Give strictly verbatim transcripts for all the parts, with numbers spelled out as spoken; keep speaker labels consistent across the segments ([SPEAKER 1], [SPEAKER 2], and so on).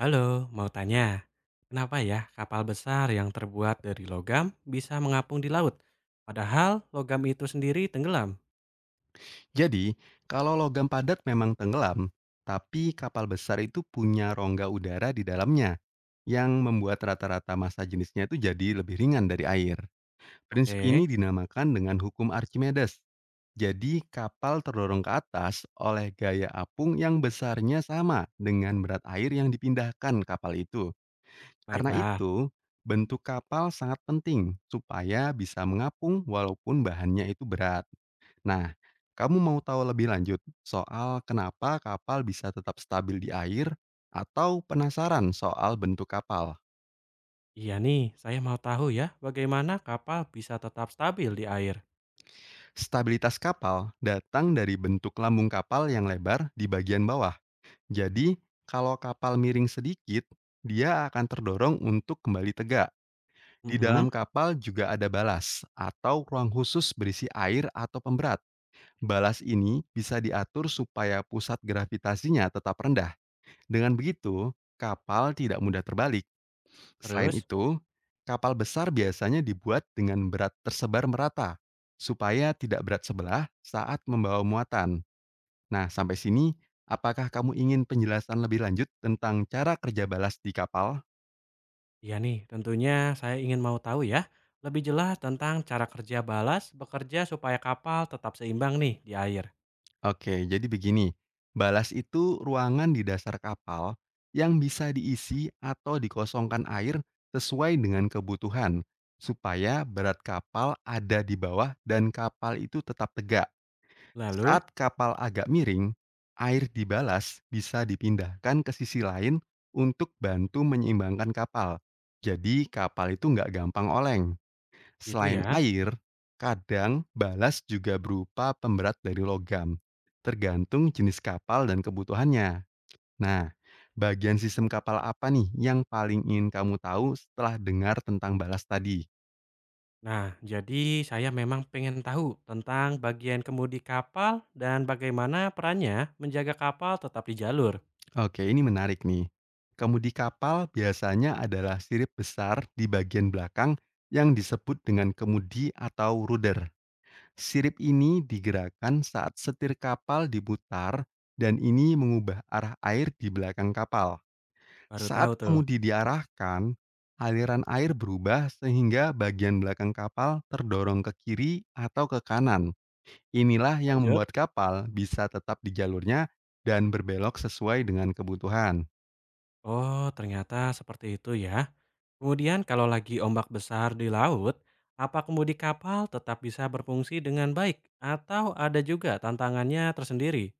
[SPEAKER 1] Halo, mau tanya, kenapa ya kapal besar yang terbuat dari logam bisa mengapung di laut, padahal logam itu sendiri tenggelam?
[SPEAKER 2] Jadi, kalau logam padat memang tenggelam, tapi kapal besar itu punya rongga udara di dalamnya yang membuat rata-rata massa jenisnya itu jadi lebih ringan dari air. Prinsip
[SPEAKER 1] Oke,
[SPEAKER 2] ini dinamakan dengan hukum Archimedes. Jadi, kapal terdorong ke atas oleh gaya apung yang besarnya sama dengan berat air yang dipindahkan kapal itu. Karena
[SPEAKER 1] baiklah.
[SPEAKER 2] itu, bentuk kapal sangat penting supaya bisa mengapung walaupun bahannya itu berat. Nah, kamu mau tahu lebih lanjut soal kenapa kapal bisa tetap stabil di air atau penasaran soal bentuk kapal?
[SPEAKER 1] Iya nih, saya mau tahu ya bagaimana kapal bisa tetap stabil di air.
[SPEAKER 2] Stabilitas kapal datang dari bentuk lambung kapal yang lebar di bagian bawah. Jadi, kalau kapal miring sedikit, dia akan terdorong untuk kembali tegak. Di
[SPEAKER 1] Mm-mm.
[SPEAKER 2] dalam kapal juga ada balas atau ruang khusus berisi air atau pemberat. Balas ini bisa diatur supaya pusat gravitasinya tetap rendah. Dengan begitu, kapal tidak mudah terbalik. Selain
[SPEAKER 1] Terus,
[SPEAKER 2] itu, kapal besar biasanya dibuat dengan berat tersebar merata, supaya tidak berat sebelah saat membawa muatan. Nah, sampai sini, apakah kamu ingin penjelasan lebih lanjut tentang cara kerja balas di kapal?
[SPEAKER 1] iya nih, tentunya saya ingin mau tahu ya lebih jelas tentang cara kerja balas bekerja supaya kapal tetap seimbang nih di air.
[SPEAKER 2] Oke, jadi begini, balas itu ruangan di dasar kapal yang bisa diisi atau dikosongkan air sesuai dengan kebutuhan, supaya berat kapal ada di bawah dan kapal itu tetap tegak.
[SPEAKER 1] Lalu,
[SPEAKER 2] Saat kapal agak miring, air di balas bisa dipindahkan ke sisi lain untuk bantu menyeimbangkan kapal. Jadi kapal itu nggak gampang oleng.
[SPEAKER 1] gitu
[SPEAKER 2] Selain
[SPEAKER 1] ya.
[SPEAKER 2] air, kadang balas juga berupa pemberat dari logam, tergantung jenis kapal dan kebutuhannya. Nah, bagian sistem kapal apa nih yang paling ingin kamu tahu setelah dengar tentang balas tadi?
[SPEAKER 1] Nah, jadi saya memang pengen tahu tentang bagian kemudi kapal dan bagaimana perannya menjaga kapal tetap di jalur.
[SPEAKER 2] Oke, ini menarik nih. Kemudi kapal biasanya adalah sirip besar di bagian belakang yang disebut dengan kemudi atau rudder. Sirip ini digerakkan saat setir kapal diputar dan ini mengubah arah air di belakang kapal.
[SPEAKER 1] Baru tahu
[SPEAKER 2] Saat
[SPEAKER 1] tuh.
[SPEAKER 2] kemudi diarahkan, aliran air berubah sehingga bagian belakang kapal terdorong ke kiri atau ke kanan. Inilah yang
[SPEAKER 1] Lanjut.
[SPEAKER 2] membuat kapal bisa tetap di jalurnya dan berbelok sesuai dengan kebutuhan.
[SPEAKER 1] Oh, ternyata seperti itu ya. Kemudian kalau lagi ombak besar di laut, apa kemudi kapal tetap bisa berfungsi dengan baik atau ada juga tantangannya tersendiri?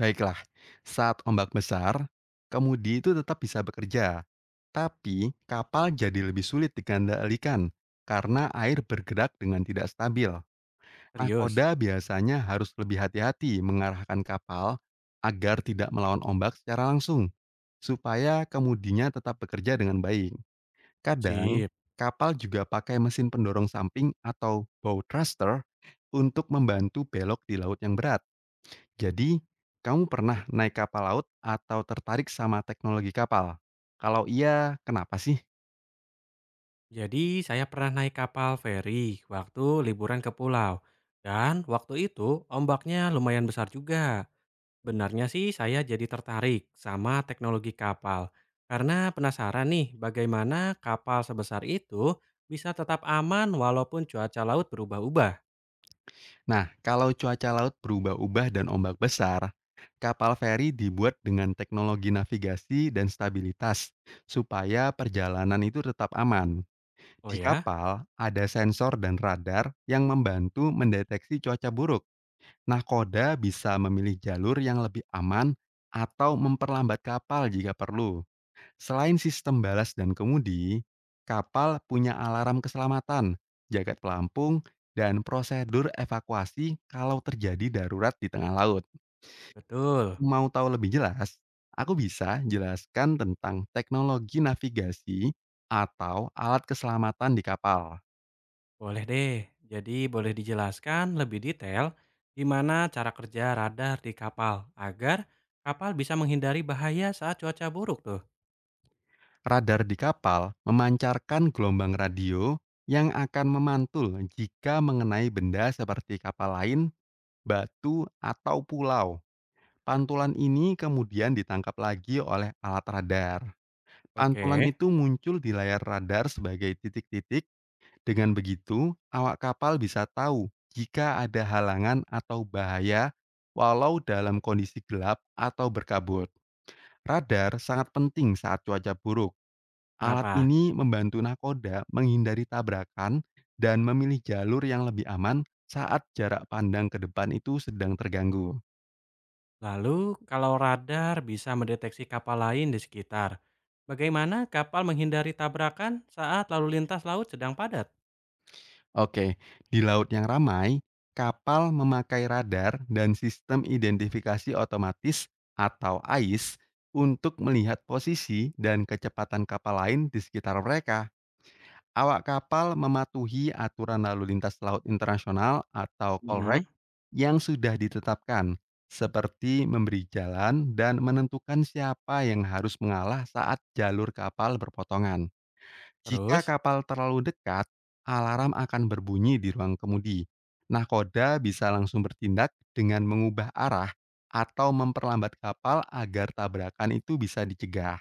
[SPEAKER 2] Baiklah, saat ombak besar, kemudi itu tetap bisa bekerja. Tapi kapal jadi lebih sulit dikendalikan karena air bergerak dengan tidak stabil.
[SPEAKER 1] Serius?
[SPEAKER 2] Nahkoda biasanya harus lebih hati-hati mengarahkan kapal agar tidak melawan ombak secara langsung, supaya kemudinya tetap bekerja dengan baik. Kadang,
[SPEAKER 1] Sip.
[SPEAKER 2] kapal juga pakai mesin pendorong samping atau bow thruster untuk membantu belok di laut yang berat. Jadi, kamu pernah naik kapal laut atau tertarik sama teknologi kapal? Kalau iya, kenapa sih?
[SPEAKER 1] Jadi saya pernah naik kapal feri waktu liburan ke pulau. Dan waktu itu ombaknya lumayan besar juga. Benarnya sih saya jadi tertarik sama teknologi kapal karena penasaran nih bagaimana kapal sebesar itu bisa tetap aman walaupun cuaca laut berubah-ubah.
[SPEAKER 2] Nah, kalau cuaca laut berubah-ubah dan ombak besar, kapal feri dibuat dengan teknologi navigasi dan stabilitas supaya perjalanan itu tetap aman.
[SPEAKER 1] Oh
[SPEAKER 2] Di
[SPEAKER 1] ya,
[SPEAKER 2] kapal ada sensor dan radar yang membantu mendeteksi cuaca buruk. Nahkoda bisa memilih jalur yang lebih aman atau memperlambat kapal jika perlu. Selain sistem balas dan kemudi, kapal punya alarm keselamatan, jagat pelampung, dan prosedur evakuasi kalau terjadi darurat di tengah laut.
[SPEAKER 1] betul.
[SPEAKER 2] Mau tahu lebih jelas? Aku bisa jelaskan tentang teknologi navigasi atau alat keselamatan di kapal.
[SPEAKER 1] Boleh deh. Jadi boleh dijelaskan lebih detail gimana cara kerja radar di kapal agar kapal bisa menghindari bahaya saat cuaca buruk tuh.
[SPEAKER 2] Radar di kapal memancarkan gelombang radio yang akan memantul jika mengenai benda seperti kapal lain, batu, atau pulau. Pantulan ini kemudian ditangkap lagi oleh alat radar. Pantulan
[SPEAKER 1] Oke,
[SPEAKER 2] itu muncul di layar radar sebagai titik-titik. Dengan begitu, awak kapal bisa tahu jika ada halangan atau bahaya walau dalam kondisi gelap atau berkabut. Radar sangat penting saat cuaca buruk. Alat
[SPEAKER 1] kenapa?
[SPEAKER 2] ini membantu nakoda menghindari tabrakan dan memilih jalur yang lebih aman saat jarak pandang ke depan itu sedang terganggu.
[SPEAKER 1] Lalu, kalau radar bisa mendeteksi kapal lain di sekitar, bagaimana kapal menghindari tabrakan saat lalu lintas laut sedang padat?
[SPEAKER 2] Oke, di laut yang ramai, kapal memakai radar dan sistem identifikasi otomatis atau A I S untuk melihat posisi dan kecepatan kapal lain di sekitar mereka. Awak kapal mematuhi aturan lalu lintas laut internasional atau
[SPEAKER 1] Mm-mm.
[SPEAKER 2] Colrec yang sudah ditetapkan, seperti memberi jalan dan menentukan siapa yang harus mengalah saat jalur kapal berpotongan. Jika
[SPEAKER 1] Terus,
[SPEAKER 2] kapal terlalu dekat, alarm akan berbunyi di ruang kemudi. Nahkoda bisa langsung bertindak dengan mengubah arah atau memperlambat kapal agar tabrakan itu bisa dicegah.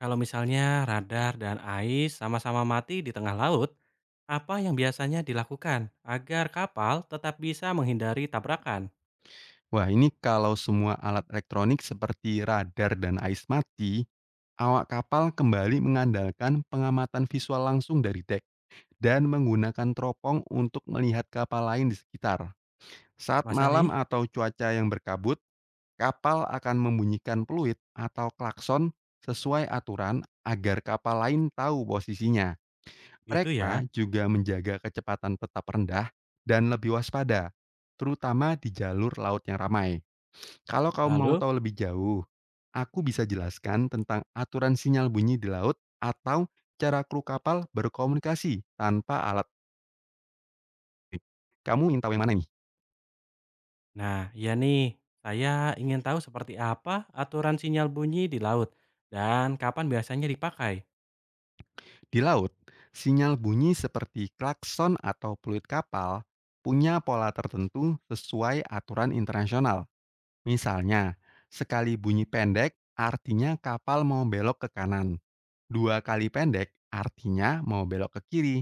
[SPEAKER 1] kalau misalnya radar dan A I S sama-sama mati di tengah laut, apa yang biasanya dilakukan agar kapal tetap bisa menghindari tabrakan?
[SPEAKER 2] Wah, ini kalau semua alat elektronik seperti radar dan ais mati, awak kapal kembali mengandalkan pengamatan visual langsung dari dek dan menggunakan teropong untuk melihat kapal lain di sekitar. Saat
[SPEAKER 1] Masa sih?
[SPEAKER 2] malam atau cuaca yang berkabut, kapal akan membunyikan peluit atau klakson sesuai aturan agar kapal lain tahu posisinya.
[SPEAKER 1] Gitu ya.
[SPEAKER 2] Mereka juga menjaga kecepatan tetap rendah dan lebih waspada, terutama di jalur laut yang ramai. Kalau kamu mau
[SPEAKER 1] Lalu,
[SPEAKER 2] tahu lebih jauh, aku bisa jelaskan tentang aturan sinyal bunyi di laut atau cara kru kapal berkomunikasi tanpa alat. Kamu ingin tahu yang mana nih?
[SPEAKER 1] nah ya nih, saya ingin tahu seperti apa aturan sinyal bunyi di laut dan kapan biasanya dipakai.
[SPEAKER 2] Di laut, sinyal bunyi seperti klakson atau peluit kapal punya pola tertentu sesuai aturan internasional. Misalnya, sekali bunyi pendek artinya kapal mau belok ke kanan. Dua kali pendek artinya mau belok ke kiri.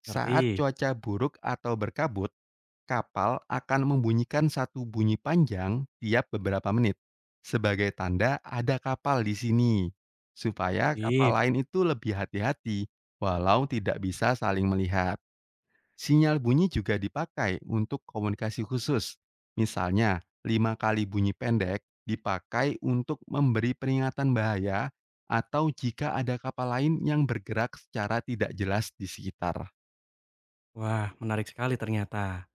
[SPEAKER 2] Saat
[SPEAKER 1] Ngerti?
[SPEAKER 2] cuaca buruk atau berkabut, kapal akan membunyikan satu bunyi panjang tiap beberapa menit, sebagai tanda ada kapal di sini, supaya kapal
[SPEAKER 1] Sip.
[SPEAKER 2] lain itu lebih hati-hati walau tidak bisa saling melihat. Sinyal bunyi juga dipakai untuk komunikasi khusus. Misalnya, lima kali bunyi pendek dipakai untuk memberi peringatan bahaya atau jika ada kapal lain yang bergerak secara tidak jelas di sekitar.
[SPEAKER 1] Wah, menarik sekali ternyata.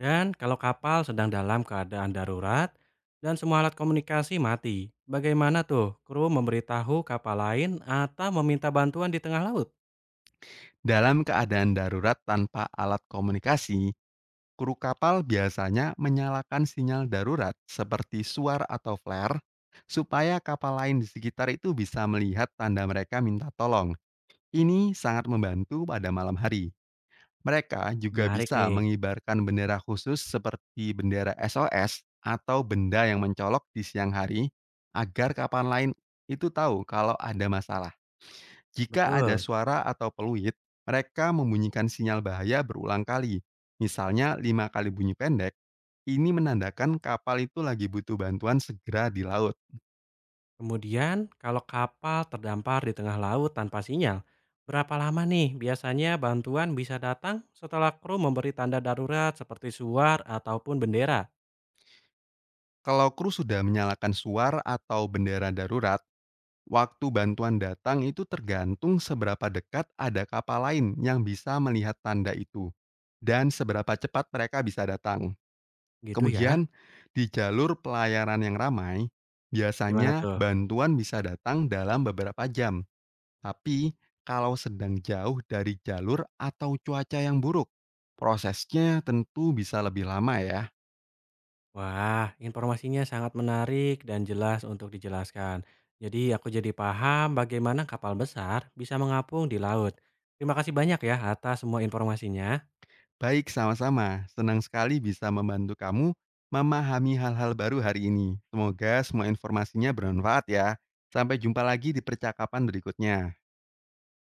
[SPEAKER 1] Dan kalau kapal sedang dalam keadaan darurat dan semua alat komunikasi mati, bagaimana tuh kru memberitahu kapal lain atau meminta bantuan di tengah laut?
[SPEAKER 2] Dalam keadaan darurat tanpa alat komunikasi, kru kapal biasanya menyalakan sinyal darurat seperti suar atau flare supaya kapal lain di sekitar itu bisa melihat tanda mereka minta tolong. Ini sangat membantu pada malam hari. Mereka juga
[SPEAKER 1] Menarik
[SPEAKER 2] bisa
[SPEAKER 1] nih.
[SPEAKER 2] mengibarkan bendera khusus seperti bendera S O S atau benda yang mencolok di siang hari agar kapal lain itu tahu kalau ada masalah. Jika ada
[SPEAKER 1] Betul.
[SPEAKER 2] suara atau peluit, mereka membunyikan sinyal bahaya berulang kali. Misalnya lima kali bunyi pendek ini menandakan kapal itu lagi butuh bantuan segera di laut.
[SPEAKER 1] Kemudian, kalau kapal terdampar di tengah laut tanpa sinyal, berapa lama nih biasanya bantuan bisa datang setelah kru memberi tanda darurat seperti suar ataupun bendera?
[SPEAKER 2] Kalau kru sudah menyalakan suar atau bendera darurat, waktu bantuan datang itu tergantung seberapa dekat ada kapal lain yang bisa melihat tanda itu dan seberapa cepat mereka bisa datang.
[SPEAKER 1] Gitu ya.
[SPEAKER 2] Kemudian, di jalur pelayaran yang ramai,
[SPEAKER 1] Gimana
[SPEAKER 2] biasanya
[SPEAKER 1] tuh?
[SPEAKER 2] bantuan bisa datang dalam beberapa jam. Tapi kalau sedang jauh dari jalur atau cuaca yang buruk, prosesnya tentu bisa lebih lama ya.
[SPEAKER 1] Wah, informasinya sangat menarik dan jelas untuk dijelaskan. Jadi aku jadi paham bagaimana kapal besar bisa mengapung di laut. Terima kasih banyak ya atas semua informasinya.
[SPEAKER 2] Baik sama-sama, senang sekali bisa membantu kamu memahami hal-hal baru hari ini. Semoga semua informasinya bermanfaat ya. Sampai jumpa lagi di percakapan berikutnya.